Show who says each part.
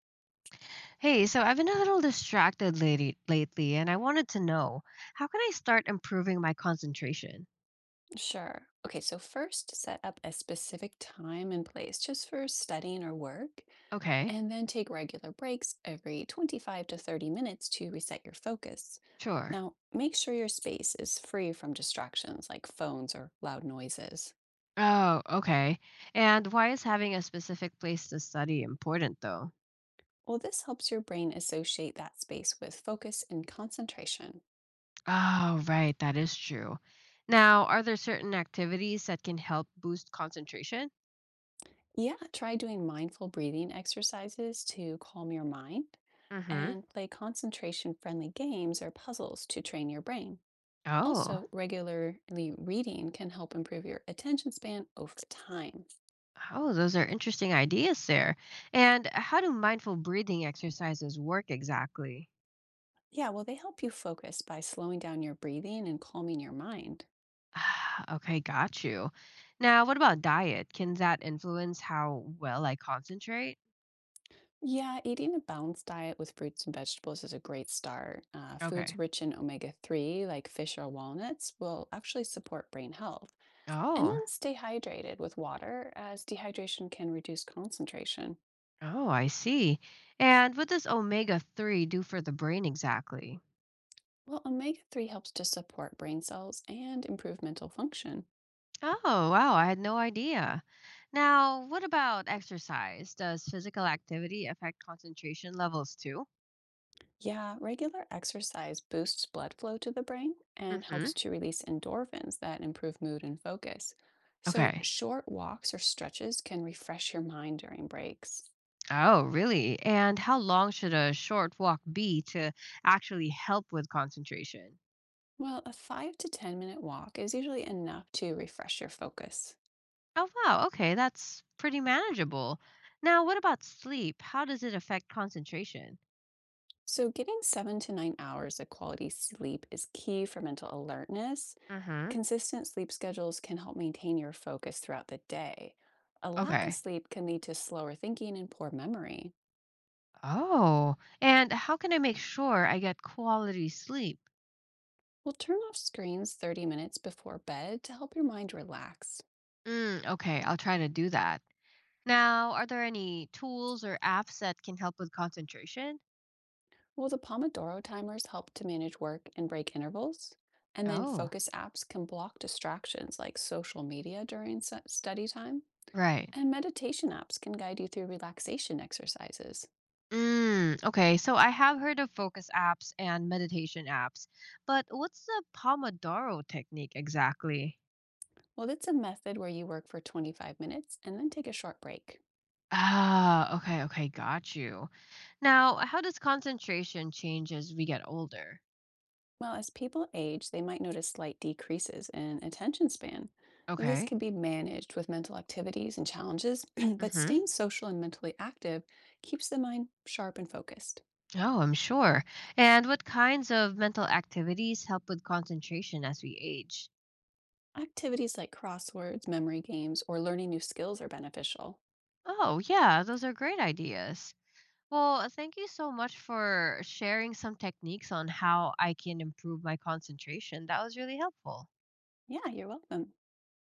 Speaker 1: Hey, so I've been a little distracted lately, and I wanted to know how can I start improving my concentration?
Speaker 2: Sure. Okay, so first set up a specific time and place just for studying or work,
Speaker 1: Okay,
Speaker 2: and then take regular breaks every 25 to 30 minutes to reset your focus.
Speaker 1: sure.
Speaker 2: Now, make sure your space is free from distractions like phones or loud noises.
Speaker 1: Oh, okay. And why is having a specific place to study important though?
Speaker 2: Well, this helps your brain associate that space with focus and concentration.
Speaker 1: Oh, right, that is true. Now, are there certain activities that can help boost concentration?
Speaker 2: Yeah, try doing mindful breathing exercises to calm your mind
Speaker 1: Mm-hmm.
Speaker 2: and play concentration friendly games or puzzles to train your brain.
Speaker 1: Oh,
Speaker 2: Also, regularly reading can help improve your attention span over time.
Speaker 1: oh, those are interesting ideas there. And how do mindful breathing exercises work exactly?
Speaker 2: Yeah, well, they help you focus by slowing down your breathing and calming your mind.
Speaker 1: Ah, okay, got you. Now, what about diet? Can that influence how well I concentrate?
Speaker 2: Yeah, eating a balanced diet with fruits and vegetables is a great start. Foods
Speaker 1: Okay.
Speaker 2: rich in omega 3, like fish or walnuts, will actually support brain health. And
Speaker 1: Oh,
Speaker 2: then stay hydrated with water, as dehydration can reduce concentration.
Speaker 1: oh, I see. And what does omega 3 do for the brain exactly?
Speaker 2: Well, omega 3 helps to support brain cells and improve mental function.
Speaker 1: Oh, wow, I had no idea. Now, what about exercise? Does physical activity affect concentration levels too?
Speaker 2: Yeah, regular exercise boosts blood flow to the brain and
Speaker 1: Mm-hmm.
Speaker 2: helps to release endorphins that improve mood and focus. So,
Speaker 1: Okay.
Speaker 2: short walks or stretches can refresh your mind during breaks.
Speaker 1: Oh, really? And how long should a short walk be to actually help with concentration?
Speaker 2: Well, a five to 10 minute walk is usually enough to refresh your focus.
Speaker 1: Oh, wow. Okay, that's pretty manageable. Now, what about sleep? How does it affect concentration?
Speaker 2: So, getting 7 to 9 hours of quality sleep is key for mental alertness.
Speaker 1: Mm-hmm.
Speaker 2: Consistent sleep schedules can help maintain your focus throughout the day. A lack of
Speaker 1: Okay.
Speaker 2: sleep can lead to slower thinking and poor memory.
Speaker 1: Oh, and how can I make sure I get quality sleep?
Speaker 2: Well, turn off screens 30 minutes before bed to help your mind relax.
Speaker 1: Mm, okay, I'll try to do that. Now, are there any tools or apps that can help with concentration?
Speaker 2: Well, the Pomodoro timers help to manage work and break intervals. And then
Speaker 1: Oh,
Speaker 2: focus apps can block distractions like social media during study time.
Speaker 1: right.
Speaker 2: And meditation apps can guide you through relaxation exercises.
Speaker 1: Mm, okay, so I have heard of focus apps and meditation apps, but what's the Pomodoro technique exactly?
Speaker 2: Well, that's a method where you work for 25 minutes and then take a short break.
Speaker 1: Ah, okay, okay, got you. Now, how does concentration change as we get older?
Speaker 2: Well, as people age, they might notice slight decreases in attention span. This
Speaker 1: Okay.
Speaker 2: can be managed with mental activities and challenges, but
Speaker 1: Mm-hmm.
Speaker 2: staying social and mentally active keeps the mind sharp and focused.
Speaker 1: Oh, I'm sure. And what kinds of mental activities help with concentration as we age?
Speaker 2: Activities like crosswords, memory games, or learning new skills are beneficial.
Speaker 1: Oh, yeah, those are great ideas. Well, thank you so much for sharing some techniques on how I can improve my concentration. That was really helpful.
Speaker 2: Yeah, you're welcome.